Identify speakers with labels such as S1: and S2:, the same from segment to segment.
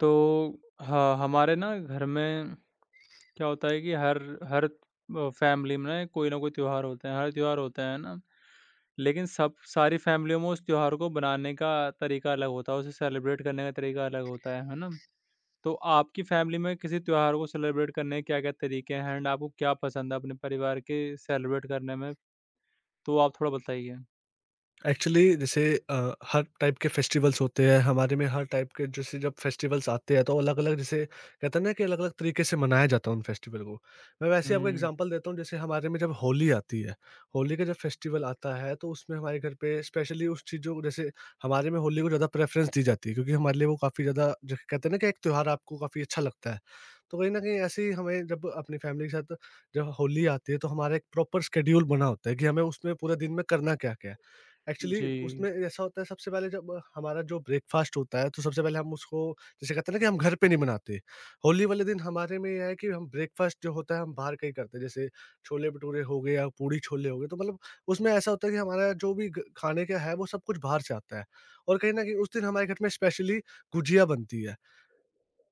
S1: तो हाँ, हमारे ना घर में क्या होता है कि हर हर अ, फैमिली में ना कोई त्योहार होते हैं, हर त्योहार होता है ना। लेकिन सब सारी फैमिलियों में उस त्योहार को बनाने का तरीका अलग होता है, उसे सेलिब्रेट करने का तरीका अलग होता है ना? तो आपकी फैमिली में किसी त्योहार को सेलिब्रेट करने के क्या-क्या तरीके हैं एंड आपको क्या पसंद है अपने परिवार के सेलिब्रेट करने में? तो आप थोड़ा बताइए।
S2: एक्चुअली जैसे अ, हर टाइप के फेस्टिवल्स होते हैं हमारे में, हर टाइप के। जैसे जब फेस्टिवल्स आते हैं तो अलग अलग, जैसे कहते हैं ना, कि अलग अलग तरीके से मनाया जाता है उन फेस्टिवल को। मैं वैसे ही आपको
S1: हुँ।
S2: एग्जांपल देता हूँ, जैसे हमारे में जब होली आती है, होली का जब फेस्टिवल आता है, तो उसमें हमारे घर पे स्पेशली उस चीज़ों को जैसे, हमारे में होली को ज़्यादा प्रेफरेंस दी जाती है, क्योंकि हमारे लिए वो काफ़ी ज़्यादा, जो कहते हैं ना, कि एक त्यौहार आपको काफ़ी अच्छा लगता है। तो कहीं ना कहीं ऐसे ही हमें, जब अपनी फैमिली के साथ जब होली आती है, तो हमारा एक प्रॉपर शेड्यूल बना होता है कि हमें उसमें पूरे दिन में करना क्या क्या है। एक्चुअली
S1: जी।
S2: उसमें ऐसा होता है, सबसे पहले जब हमारा जो ब्रेकफ़ास्ट होता है, तो सबसे पहले हम उसको, जैसे कहते हैं ना, कि हम घर पे नहीं बनाते। होली वाले दिन हमारे में ये है कि हम ब्रेकफ़ास्ट जो होता है हम बाहर कहीं करते हैं। जैसे छोले-भटूरे हो गए या पूड़ी-छोले हो गए, तो मतलब उसमें ऐसा होता है कि हमारा जो भी ग खाने का है वो सब कुछ बाहर से आता है। और कहीं न कहीं उस दिन हमारे घर में स्पेशली गुजिया बनती है।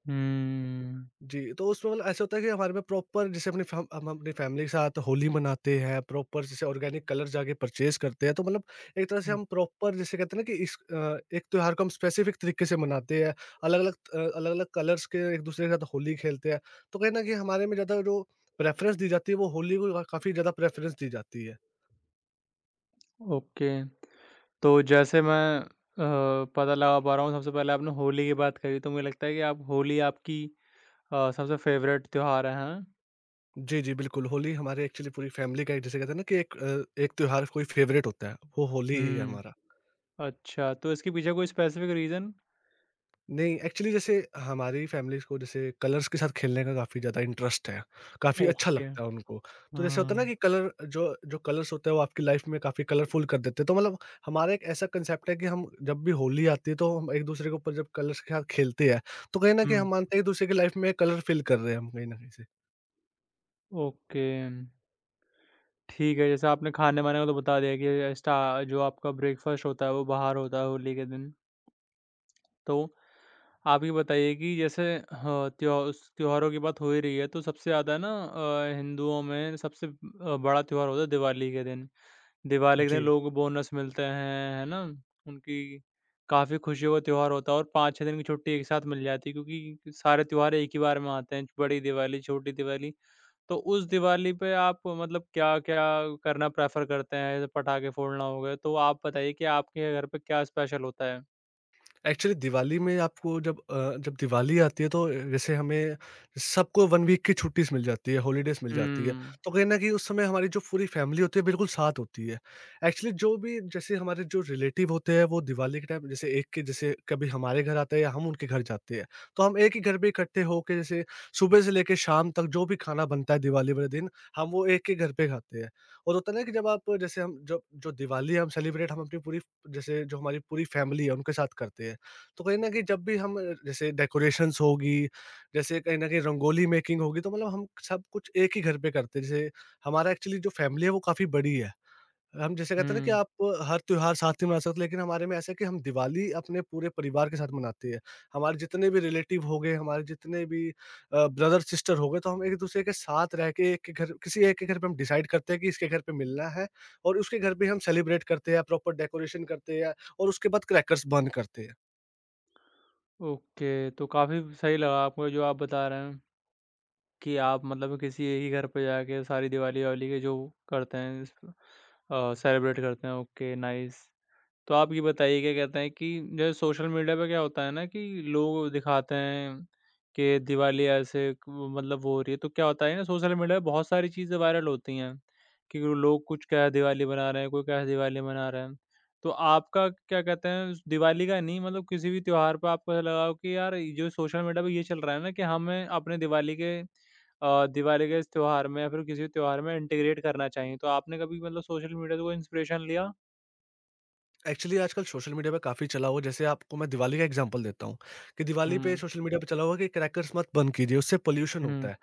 S1: हुँ।
S2: जी, तो उसमें मतलब ऐसा होता है कि हमारे में प्रॉपर जैसे, अपनी फैम हम अपनी फैमिली के साथ होली मनाते हैं, प्रॉपर जैसे ऑर्गेनिक कलर जाके परचेज़ करते हैं। तो मतलब एक तरह से
S1: हुँ।
S2: हम प्रॉपर, जैसे कहते हैं ना, कि इस एक त्योहार को हम स्पेसिफिक तरीके से मनाते हैं, अलग-अलग कलर्स के एक-दूसरे के साथ होली खेलते हैं। तो कहीं न कहीं हमारे में ज़्यादा जो प्रेफ़रेंस दी जाती है, वो होली को का काफ़ी ज़्यादा प्रेफ़रेंस दी जाती है।
S1: ओके। तो जैसे मैं पता लगा पा रहा हूँ, सबसे पहले आपने होली की बात करी तो मुझे लगता है कि आप होली आपकी सबसे फेवरेट त्योहार है, हाँ?
S2: जी, जी, बिल्कुल। होली हमारे एक्चुअली पूरी फैमिली का एक, जैसे कहते हैं ना कि एक त्योहार कोई फ़ेवरेट होता है, वो होली ही है
S1: हुँ।
S2: हमारा।
S1: अच्छा, तो इसके पीछे कोई स्पेसिफिक रीज़न?
S2: नहीं, एक्चुअली जैसे हमारी फैमिलीज़ को जैसे कलर्स के साथ खेलने का काफ़ी ज़्यादा इंटरेस्ट है, काफ़ी अच्छा
S1: ओके।
S2: लगता है उनको। तो जैसे होता है ना
S1: हुँ।
S2: कि कलर, जो जो कलर्स होते हैं वो आपकी लाइफ़ में काफ़ी कलरफुल कर देते हैं। तो मतलब हमारा एक ऐसा कंसेप्ट है कि हम जब भी होली आती है तो हम एक-दूसरे के ऊपर जब कलर्स के साथ खेलते हैं, तो कहीं न
S1: हुँ।
S2: कहीं हम मानते हैं एक-दूसरे की लाइफ़ में कलर फ़िल कर रहे हैं हम, कहीं न कहीं से।
S1: ओके, ठीक है। जैसे आपने खाने-वाने का तो बता दिया कि स्टा जो आपका ब्रेकफ़ास्ट होता है वो बाहर होता है होली के दिन। तो आप ये बताइए कि जैसे ह त्योह स त्योहारों की बात हो ही रही है तो सबसे ज़्यादा ना हिंदुओं में सबसे बड़ा त्योहार होता है दिवाली के दिन। दिवाली के दिन
S2: जी।
S1: लोगों को बोनस मिलते हैं, है ना? उनकी काफ़ी खुशियों का त्योहार होता है और 5-6 दिन की छुट्टी एक साथ मिल जाती है, क्योंकि सारे त्योहार एक ही बार में आते हैं, बड़ी दिवाली, छोटी दिवाली। तो उस दिवाली पे आप मतलब क्या-क्या करना प्रेफ़र करते हैं? जैसे पटाखे फोड़ना हो गया, तो आप बताइए कि आपके घर पे क्या स्पेशल होता है?
S2: एक्चुअली दिवाली में आपको, जब जब दिवाली आती है, तो जैसे हमें सबको 1 वीक की छुट्टीज़ मिल जाती है, हॉलीडेज़ मिल
S1: हुँ।
S2: जाती है। तो कहीं न कहीं उस समय हमारी जो पूरी फैमिली होती है, बिल्कुल साथ होती है। एक्चुअली जो भी, जैसे हमारे जो रिलेटिव होते हैं वो दिवाली के टाइम जैसे, एक के जैसे कभी हमारे घर आते हैं या हम उनके घर जाते हैं। तो हम एक ही घर पे इकट्ठे होके, जैसे सुबह से लेके शाम तक जो भी खाना बनता है दिवाली वाले दिन, हम वो एक ही घर पे खाते हैं। और होता है ना, कि जब आप, जैसे हम जब जो दिवाली है हम अपनी पूरी, जैसे जो हमारी पूरी फैमिली है उनके साथ करते हैं। तो कहीं न कहीं, जब भी हम जैसे डेकोरेशंस होगी, जैसे कहीं न कहीं रंगोली मेकिंग होगी, तो मतलब हम सब कुछ एक ही घर पे करते हैं। जैसे हमारा एक्चुअली जो फैमिली है वो काफ़ी बड़ी है। हम जैसे कहते हैं ना कि
S1: हुँ।
S2: आप हर त्योहार साथ ही मना सकते हो, लेकिन हमारे में ऐसा है कि हम दिवाली अपने पूरे परिवार के साथ मनाते हैं। हमारे जितने भी रिलेटिव हो गए, हमारे जितने भी ब्रदर-सिस्टर हो गए, तो हम एक-दूसरे के साथ रह के, एक के घर, किसी एक के घर पे हम डिसाइड करते हैं कि इसके घर पे मिलना है, और उसके घर पे हम सेलिब्रेट करते हैं, प्रॉपर डेकोरेशन करते हैं, और उसके बाद क्रैकर्स बर्न करते हैं।
S1: ओके, तो काफ़ी सही लगा आपको जो आप बता रहे हैं। कि आप मतलब किसी एक ही घर पे जाके सारी दिवाली-वाली के जो करते हैं इस अ, सेलिब्रेट करते हैं। Okay, nice. तो आप ये बताइए, क्या कहते हैं कि जैसे सोशल मीडिया पे क्या होता है ना कि लोग दिखाते हैं कि दिवाली ऐसे क- वो मतलब वो हो रही है, तो क्या होता है ना, सोशल मीडिया पे बहुत सारी चीज़ें वायरल होती हैं कि वो लोग कुछ क्या दिवाली बना रहे हैं, कोई क्या दिवाली मना रहे हैं। तो आपका क्या कहते हैं उस दिवाली का, नहीं मतलब किसी भी त्योहार पर आपको ऐसा लगा हो कि यार ये जो सोशल मीडिया पे ये चल रहा है ना कि हमें अपने दिवाली के इस त्योहार में या फिर किसी भी त्योहार में इंटीग्रेट करना चाहिए, तो आपने कभी मतलब सोशल मीडिया से कोई इंस्पिरेशन लिया?
S2: एक्चुअली आजकल सोशल मीडिया पे काफ़ी चला हुआ, जैसे आपको मैं दिवाली का एग्जांपल देता हूँ, कि दिवाली पे
S1: हम्म।
S2: सोशल मीडिया पे चला हुआ कि क्रैकर्स मत बंद कीजिए, उससे पॉल्यूशन
S1: हुँ।
S2: होता है।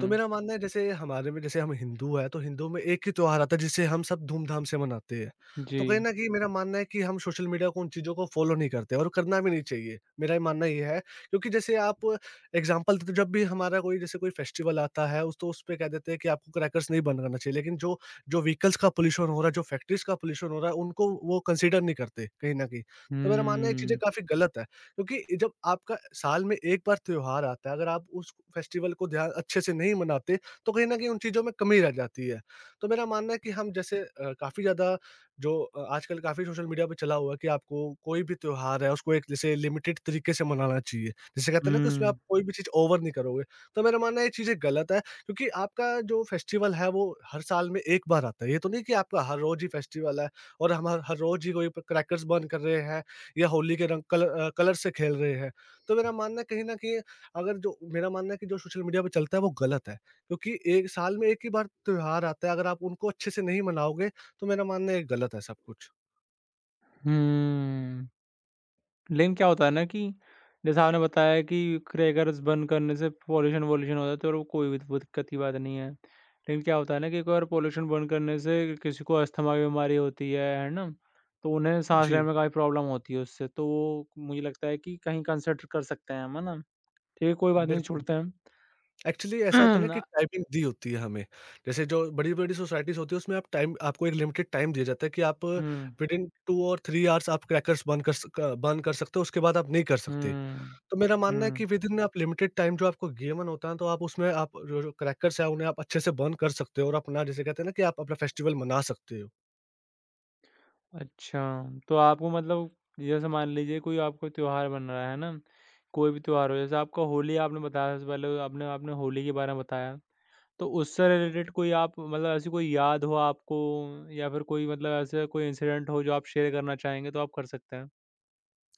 S2: तो मेरा मानना है, जैसे हमारे में जैसे हम हिंदू हैं, तो हिंदू में एक ही त्योहार आता है जिसे हम सब धूमधाम से मनाते हैं।
S1: जी।
S2: तो कहीं न कहीं मेरा मानना है कि हम सोशल मीडिया को, उन चीज़ों को फ़ॉलो नहीं करते और करना भी नहीं चाहिए। मेरा ये मानना ये है, क्योंकि जैसे आप एग्ज़ाम्पल देते हो, जब भी हमारा कोई, जैसे कोई फेस्टिवल आता है उस तो उस पे कह देते हैं कि आपको क्रैकर्स नहीं बंद करना चाहिए। लेकिन जो जो व्हीकल्स का पॉल्यूशन हो रहा है, जो फैक्ट्रीज़ का पॉल्यूशन हो रहा है, उनको वो कंसीडर नहीं करते कहीं न कहीं। तो मेरा मानना है ये चीज़ें
S1: हुँ।
S2: काफ़ी गलत है। क्योंकि जब आपका साल में एक बार त्योहार आता है, अगर आप उस फेस्टिवल को ध्यान अच्छे से नहीं मनाते, तो कहीं न कहीं उन चीज़ों में कमी रह जाती है। तो मेरा मानना है कि हम जैसे काफ़ी ज़्यादा जो आजकल काफ़ी सोशल मीडिया पे चला हुआ है कि आपको कोई भी त्योहार है, उसको एक जैसे लिमिटेड तरीके से मनाना चाहिए। जैसे कहते हैं ना कि उसमें आप
S1: हुँ।
S2: कोई भी चीज़ ओवर नहीं करोगे। तो मेरा मानना है ये चीज़ें गलत है, क्योंकि आपका जो फेस्टिवल है वो हर साल में एक बार आता है। ये तो नहीं कि आपका हर रोज़ ही फेस्टिवल है, और हम हर हर रोज़ ही कोई प क्रैकर्स बर्न कर रहे हैं, या होली के रंग कलर से खेल रहे हैं। तो मेरा मानना है कहीं न कहीं, अगर जो मेरा मानना है कि जो सोशल मीडिया पे चलता है वो गलत है, क्योंकि एक साल में एक ही बार त्योहार आता है, अगर आप उनको अच्छे से नहीं मनाओगे, तो मेरा मानना है ये गलत है सब कुछ।
S1: हुँ। लेकिन क्या होता है ना कि जैसे आपने बताया कि क्रैकर्स बंद करने से पॉल्यूशन-वॉल्यूशन हो जाता है तो, और वो कोई भी वो दिक्कत की बात नहीं है। लेकिन क्या होता है ना कि एक बार पॉल्यूशन बंद करने से किसी को अस्थमा की बीमारी होती है ना? तो उन्हें साँस लेने
S2: जी,
S1: में काफ़ी प्रॉब्लम होती है उससे, तो वो मुझे लगता है कि कहीं कंसिडर कर सकते हैं हम, है ना? ठीक है, कोई बात नहीं,
S2: बिल्कुल।
S1: छोड़ते हैं हम।
S2: एक्चुअली ऐसा होता है ना कि टाइमिंग दी होती है हमें। जैसे जो बड़ी-बड़ी सोसाइटीज़ होती है उसमें आप टाइम, आपको एक लिमिटेड टाइम दिया जाता है कि आप
S1: हुँ।
S2: विदिन 2 और 3 आवर्स आप क्रैकर्स बंद कर सकते हो, उसके बाद आप नहीं कर सकते।
S1: हुँ।
S2: तो मेरा
S1: हुँ।
S2: मानना है कि
S1: हुँ।
S2: विदिन आप लिमिटेड टाइम जो आपको गेमन होता है, तो आप उसमें आप जो जो क्रैकर्स है उन्हें आप अच्छे से बर्न कर सकते हो, और अपना जिसे कहते हैं ना कि आप अपना फेस्टिवल मना सकते हो।
S1: अच्छा, तो आपको मतलब जैसे मान लीजिए कोई आपको त्योहार बन रहा है ना, कोई भी त्योहार हो जैसे आपका होली, आपने बताया सबसे पहले आपने आपने होली के बारे में बताया। तो उससे रिलेटेड कोई आप मतलब ऐसी कोई याद हो आपको, या फिर कोई मतलब ऐसा कोई इंसिडेंट हो जो आप शेयर करना चाहेंगे, तो आप कर सकते हैं?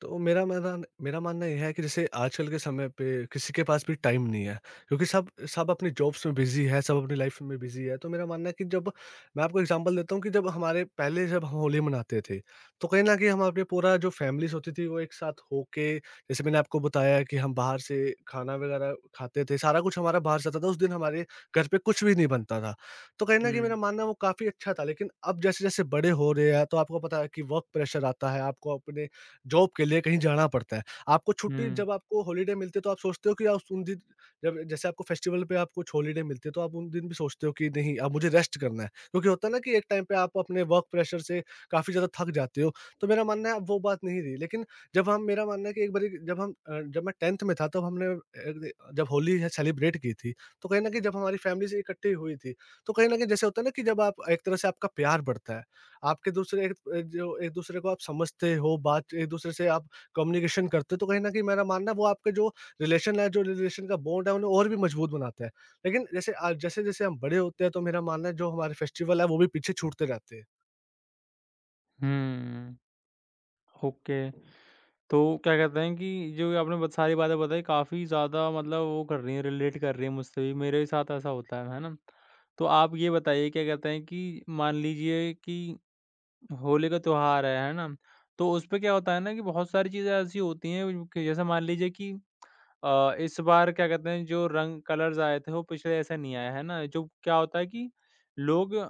S2: तो मेरा मैदान मेरा मानना ये है कि जैसे आजकल के समय पे किसी के पास भी टाइम नहीं है, क्योंकि सब सब अपनी जॉब्स में बिजी है, सब अपनी लाइफ में बिजी है। तो मेरा मानना है कि जब, मैं आपको एग्जांपल देता हूँ, कि जब हमारे पहले जब हम होली मनाते थे, तो कहीं ना कहीं हम अपने पूरा जो फैमिलीज होती थी वो एक साथ होके, जैसे मैंने आपको बताया कि हम बाहर से खाना वगैरह खाते थे, सारा कुछ हमारा बाहर जाता था, उस दिन हमारे घर पे कुछ भी नहीं बनता था। तो कहीं ना कहीं मेरा
S1: हुँ।
S2: मानना है वो काफ़ी अच्छा था। लेकिन अब जैसे जैसे बड़े हो रहे हैं, तो आपको पता है कि वर्क प्रेशर आता है, आपको अपने जॉब के लिए कहीं जाना पड़ता है। आपको छुट्टी,
S1: हुँ।
S2: जब आपको हॉलिडे मिलती है, तो आप सोचते हो कि आप उन दिन, जब जैसे आपको फेस्टिवल पे आपको हॉलिडे मिलती है, तो आप उन दिन भी सोचते हो कि नहीं, अब मुझे रेस्ट करना है। क्योंकि होता है ना कि एक टाइम पे आप अपने वर्क प्रेशर से काफ़ी ज़्यादा थक जाते हो। तो मेरा मानना है अब वो बात नहीं रही। लेकिन जब हम मेरा मानना है कि एक बारी जब मैं 10th में था तब हमने जब होली है सेलिब्रेट की थी। तो कहीं न कहीं जब हमारी फैमिली से इकट्ठी हुई थी, तो कहीं न कहीं जैसे होता है ना कि जब आप, एक तरह से आपका प्यार बढ़ता है। आपके दूसरे जो एक-दूसरे को आप समझते हो, बात एक-दूसरे से आप कम्युनिकेशन करते हो, तो कहीं न कहीं मेरा मानना है वो आपके जो रिलेशन है, जो रिलेशन का बॉन्ड है, उन्हें और भी मजबूत बनाता है। लेकिन जैसे आज, जैसे-जैसे हम बड़े होते हैं, तो मेरा मानना है जो हमारे फेस्टिवल है, वो भी पीछे छूटते जाते हैं।
S1: हुँ। ओके। तो क्या कहते हैं कि जो ये आपने ब सारी बातें बताई काफ़ी ज़्यादा मतलब वो कर रही हैं, रिलेट कर रही हैं मुझसे भी, मेरे साथ ऐसा होता है ना? तो आप ये बताइए, क्या कहते हैं कि मान लीजिए कि होली का त्योहार है ना? तो उसपे क्या होता है ना कि बहुत सारी चीज़ें ऐसी होती हैं कि जैसे मान लीजिए कि इस बार क्या कहते हैं, जो रंग कलर्स आए थे वो पिछले ऐसा नहीं आया, है ना? जो क्या होता है कि लोग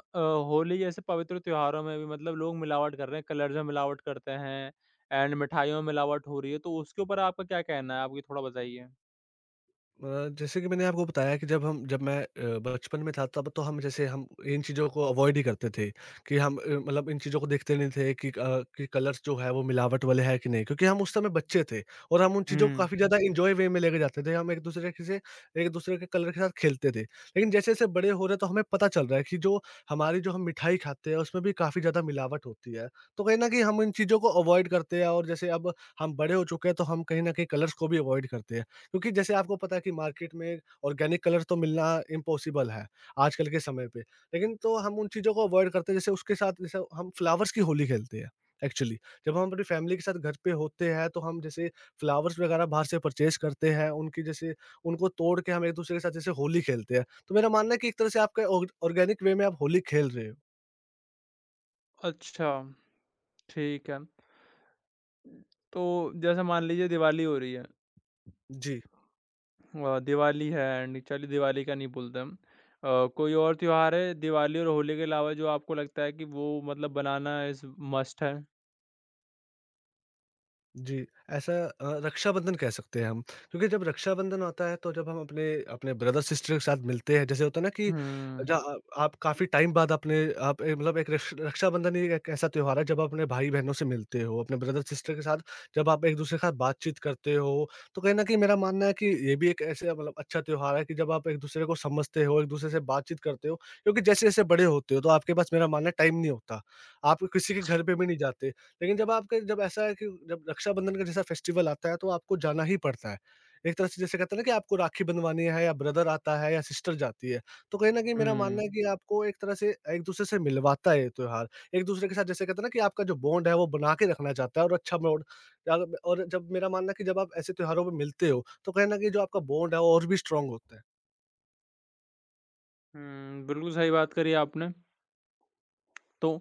S1: होली जैसे पवित्र त्योहारों में भी मतलब लोग मिलावट कर रहे हैं, कलर्स में मिलावट करते हैं एंड मिठाइयों में मिलावट हो रही है, तो उसके ऊपर आपका क्या कहना है? आप ये थोड़ा बताइए।
S2: जैसे कि मैंने आपको बताया कि जब मैं बचपन में था, तब तो हम जैसे हम इन चीज़ों को अवॉइड ही करते थे कि हम मतलब इन चीज़ों को देखते नहीं थे कि कि कलर्स जो है वो मिलावट वाले हैं कि नहीं, क्योंकि हम उस समय बच्चे थे, और हम उन चीज़ों को
S1: हुँ।
S2: काफ़ी ज़्यादा इंजॉय वे में लेके जाते थे। हम एक दूसरे के कलर के साथ खेलते थे। लेकिन जैसे जैसे बड़े हो रहे, तो हमें पता चल रहा है कि जो हम मिठाई खाते हैं उसमें भी काफ़ी ज़्यादा मिलावट होती है। तो कहीं ना कहीं हम इन चीज़ों को अवॉइड करते हैं, और जैसे अब हम बड़े हो चुके हैं तो हम कहीं ना कहीं कलर्स को भी अवॉइड करते हैं, क्योंकि जैसे आपको पता है कि मार्केट में ऑर्गेनिक कलर तो मिलना इम्पॉसिबल है आजकल के समय पे। लेकिन तो हम उन चीज़ों को अवॉइड करते हैं, जैसे उसके साथ जैसे हम फ्लावर्स की होली खेलते हैं एक्चुअली। जब हम अपनी फैमिली के साथ घर पे होते हैं तो हम जैसे फ्लावर्स वगैरह बाहर से परचेज़ करते हैं, उनकी जैसे उनको तोड़ के हम एक-दूसरे के साथ जैसे होली खेलते हैं। तो मेरा मानना है कि एक तरह से आपका ऑग ऑर्गेनिक वे में आप होली खेल रहे हो।
S1: अच्छा, ठीक है। तो जैसे मान लीजिए दिवाली हो रही है।
S2: जी।
S1: दिवाली है एंड चलिए दिवाली का नहीं बोलते हम। कोई और त्योहार है दिवाली और होली के अलावा जो आपको लगता है कि वो मतलब बनाना इज़ मस्ट है?
S2: जी, ऐसा रक्षाबंधन कह सकते हैं हम, क्योंकि जब रक्षाबंधन होता है तो जब हम अपने अपने ब्रदर-सिस्टर के साथ मिलते हैं, जैसे होता है ना कि
S1: हुँ।
S2: जहाँ आप काफ़ी टाइम बाद अपने आप मतलब एक रक्षाबंधन ही एक ऐसा त्योहार है जब आप अपने भाई-बहनों से मिलते हो, अपने ब्रदर-सिस्टर के साथ जब आप एक-दूसरे के साथ बातचीत करते हो, तो कहीं न कहीं मेरा मानना है कि ये भी एक ऐसे मतलब अच्छा त्योहार है कि जब आप एक-दूसरे को समझते हो, एक-दूसरे से बातचीत करते हो, क्योंकि जैसे-जैसे बड़े होते हो तो आपके पास मेरा मानना है टाइम नहीं होता। आप किसी के घर पे भी नहीं जाते। लेकिन जब ऐसा है कि जब रक्षाबंधन का जैसा फेस्टिवल आता है तो आपको जाना ही पड़ता है। एक तरह से जैसे कहते हैं ना कि आपको राखी बँधवानी है या ब्रदर आता है या सिस्टर जाती है। तो कहीं न कहीं मेरा
S1: हुँ।
S2: मानना है कि आपको एक तरह से एक-दूसरे से मिलवाता है ये त्योहार। एक-दूसरे के साथ जैसे कहते हैं ना कि आपका जो बॉन्ड है वो बना के रखना चाहता है और अच्छा बॉन्ड अ, और जब मेरा मानना है कि जब आप ऐसे त्योहारों में मिलते हो तो कहीं न कहीं जो आपका बॉन्ड है वो और भी स्ट्रॉन्ग होता है।
S1: हुँ। बिल्कुल सही बात करी आपने। तो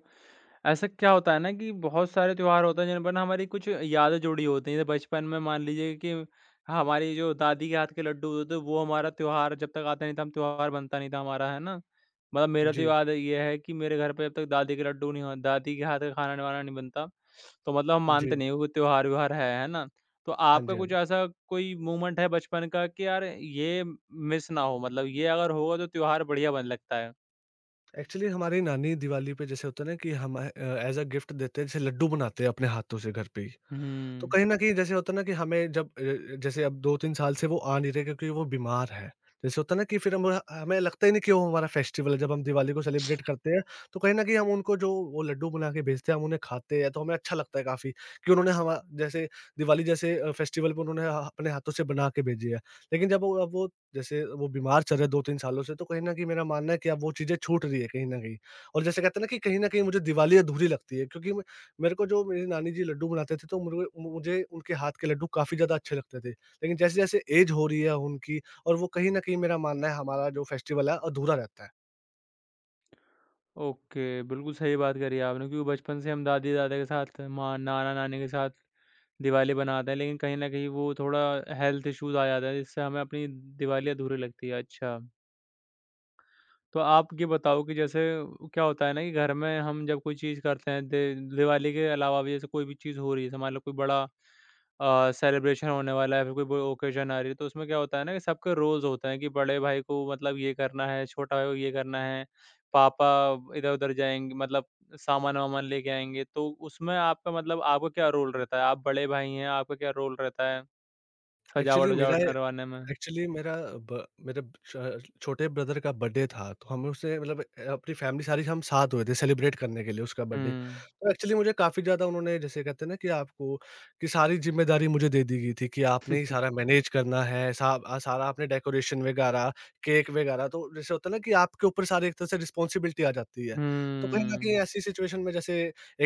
S1: ऐसा क्या होता है ना कि बहुत सारे त्योहार होते हैं जिन पर ना हमारी कुछ यादें जुड़ी होती हैं। जैसे बचपन में मान लीजिए कि हमारी जो दादी के हाथ के लड्डू होते थे, वो हमारा त्योहार जब तक आता नहीं था, हम त्योहार बनता नहीं था हमारा, है ना? मतलब मेरा तो
S2: जी,
S1: याद ये है कि मेरे घर पे जब तक दादी के हाथ का खाना-वाना नहीं बनता, तो मतलब हम मानते
S2: जी।
S1: नहीं है कोई त्योहार-व्योहार है ना? तो
S2: हाँ
S1: आपका
S2: जी, हाँ
S1: कुछ
S2: जी।
S1: ऐसा कोई मोमेंट है बचपन का कि यार ये मिस ना हो, मतलब ये अगर होगा तो त्योहार बढ़िया बन लगता है?
S2: एक्चुअली हमारी नानी दिवाली पे जैसे होता है ना कि हम एज़ अ गिफ्ट देते हैं, जैसे लड्डू बनाते हैं अपने हाथों से घर पे ही। तो
S1: हुँ।
S2: कहीं न कहीं जैसे होता है ना कि हमें जब जैसे अब 2-3 साल से वो आ नहीं रहे, क्योंकि वो बीमार है। जैसे होता है ना कि फिर हम हमें लगता ही नहीं कि वो हमारा फेस्टिवल है, जब हम दिवाली को सेलिब्रेट करते हैं, तो कहीं न कहीं हम उनको जो वो लड्डू बना के भेजते हैं, हम उन्हें खाते हैं, तो हमें अच्छा लगता है काफ़ी, कि उन्होंने हमा जैसे दिवाली जैसे फेस्टिवल पे उन्होंने ह अपने हाथों से बना के भेजी है। लेकिन जब वो अब वो जैसे वो बीमार चल रहे हैं 2-3 सालों से, तो कहीं न कहीं मेरा मानना है कि अब वो चीज़ें छूट रही है कहीं न कहीं। और जैसे कहते हैं ना कि कहीं न कहीं मुझे दिवाली अधूरी लगती है, क्योंकि मेरे को जो मेरी नानी जी लड्डू बनाते थे तो मुर मुझे उनके हाथ के लड्डू काफ़ी ज़्यादा अच्छे लगते थे। लेकिन जैसे-जैसे ऐज हो रही है उनकी, और वो कहीं न कहीं मेरा मानना है हमारा जो फेस्टिवल है अधूरा रहता है।
S1: ओके, बिल्कुल सही बात करी आपने, क्योंकि बचपन से हम दादी-दादा के साथ, माँ नाना-नानी के साथ दिवाली मनाते हैं, लेकिन कहीं न कहीं वो थोड़ा हेल्थ इश्यूज़ आ जाता है, जिससे हमें अपनी दिवाली अधूरी लगती है। अच्छा। तो आप ये बताओ कि जैसे क्या होता है ना कि घर में हम जब कोई चीज़ करते हैं, दे दिवाली के अलावा भी जैसे कोई भी चीज़ हो रही है, जैसे मान लो कोई बड़ा सेलिब्रेशन होने वाला है, फिर कोई बड़ी ओकेज़न आ रही है, तो उसमें क्या होता है ना कि सबके रोल्स होते हैं कि बड़े भाई को मतलब ये करना है, छोटा भाई को ये करना है, पापा इधर-उधर जाएँगे, मतलब सामान-वामान लेके आएँगे, तो उसमें आपका मतलब आपका क्या रोल रहता है? आप बड़े भाई हैं, आपका क्या रोल रहता है
S2: एक्चुअली मेरा
S1: सजावट-वजावट करवाने में?
S2: एक्चुअली मेरा ब मेरे ब- छ छोटे ब्रदर का बर्थडे था, तो हम उसे मतलब अपनी फैमिली सारी हम साथ हुए थे सेलिब्रेट करने के लिए उसका बर्थडे।
S1: हुँ।
S2: तो एक्चुअली मुझे काफ़ी ज़्यादा उन्होंने जैसे कहते हैं ना कि आपको कि सारी ज़िम्मेदारी मुझे दे दी गई थी कि आपने ही सारा मैनेज करना है, सारा आपने डेकोरेशन वगैरह, केक वगैरह, तो जैसे होता है ना कि आपके ऊपर सारी एक तरह से रिस्पॉन्सिबिलिटी आ जाती है। तो कहीं न कहीं
S1: हुँ।
S2: ऐसी सिचुएशन में जैसे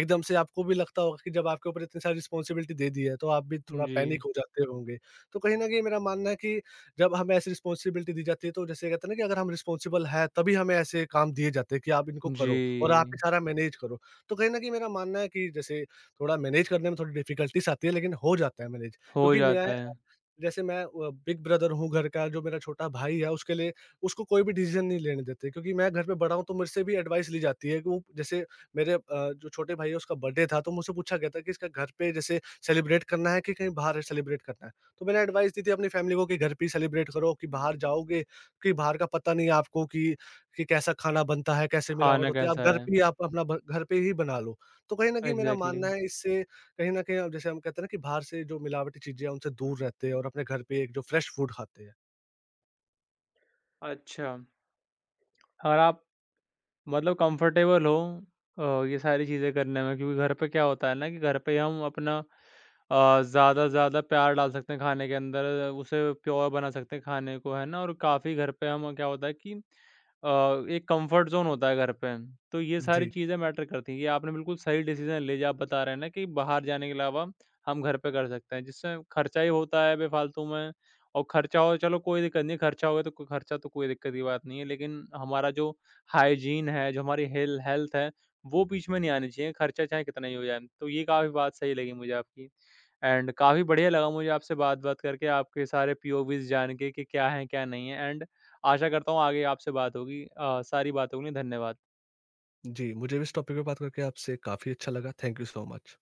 S2: एकदम से आपको भी लगता होगा कि जब आपके ऊपर इतनी सारी रिस्पॉन्सिबिलिटी दे दी है, तो आप भी थोड़ा
S1: जी।
S2: पैनिक हो जाते होंगे। तो कहीं न कहीं मेरा मानना है कि जब हमें ऐसी रिस्पॉन्सिबिलिटी दी जाती है तो जैसे कहते हैं ना कि अगर हम रिस्पॉन्सिबल हैं तभी हमें ऐसे काम दिए जाते हैं कि आप इनको करो और आप ही
S1: जी।
S2: सारा मैनेज करो। तो कहीं न कहीं मेरा मानना है कि जैसे थोड़ा मैनेज करने में थोड़ी डिफिकल्टीज़ आती है, लेकिन हो जाता है मैनेज,
S1: हो
S2: क्योंकि मैं
S1: जाता है,
S2: जैसे मैं बिग ब्रदर हूँ घर का। जो मेरा छोटा भाई है उसके लिए उसको कोई भी डिसीज़न नहीं लेने देते, क्योंकि मैं घर पे बड़ा हूँ तो मुझसे भी एडवाइस ली जाती है कि वो जैसे मेरे जो छोटे भाई है उसका बर्थडे था तो मुझसे पूछा गया था कि इसका घर पे जैसे सेलिब्रेट करना है कि कहीं बाहर सेलिब्रेट करना है? तो मैंने एडवाइस दी थी अपनी फैमिली को कि घर पे ही सेलिब्रेट करो कि बाहर जाओगे, कि बाहर का पता नहीं है आपको कि कैसा खाना बनता है, कैसे मिलावट
S1: खाना
S2: होती है, आप
S1: कैसा
S2: घर
S1: है?
S2: पे ही आप अपना ब घर पे ही बना लो। तो कहीं न कहीं मेरा
S1: एग्ज़ैक्टली।
S2: मानना है इससे कहीं न कहीं अब जैसे हम कहते हैं ना कि बाहर से जो मिलावटी चीज़ें हैं उनसे दूर रहते हैं और अपने घर पे एक जो फ्रेश फूड खाते हैं।
S1: अच्छा, और आप मतलब कंफर्टेबल हो अ, ये सारी चीज़ें करने में, क्योंकि घर पे क्या होता है ना कि घर पे हम अपना ज़्यादा से ज़्यादा प्यार डाल सकते हैं खाने के अंदर, उसे प्योर बना सकते हैं खाने को, है ना? और काफ़ी घर पे हम क्या होता है कि एक कंफर्ट ज़ोन होता है घर पे, तो ये सारी
S2: जी,
S1: चीज़ें मैटर करती हैं। ये आपने बिल्कुल सही डिसीज़न ले लिया, आप बता रहे हैं ना कि बाहर जाने के अलावा हम घर पे कर सकते हैं, जिससे खर्चा ही होता है बेफालतू में, और खर्चा हो चलो कोई दिक्कत नहीं है, खर्चा हो गया तो खर्चा तो कोई दिक्कत की बात नहीं है, लेकिन हमारा जो हाइजीन है, जो हमारी हेल्थ है, वो बीच में नहीं आनी चाहिए, खर्चा चाहे कितना ही हो जाए। तो ये काफ़ी बात सही लगी मुझे आपकी एंड काफ़ी बढ़िया लगा मुझे आपसे बात-वात करके, आपके सारे पीओवीज़ जान के कि क्या हैं, क्या नहीं है एंड आशा करता हूँ आगे आपसे बात होगी। सारी बातों के लिए धन्यवाद।
S2: जी, मुझे भी इस टॉपिक पे बात करके आपसे काफ़ी अच्छा लगा। Thank you so much.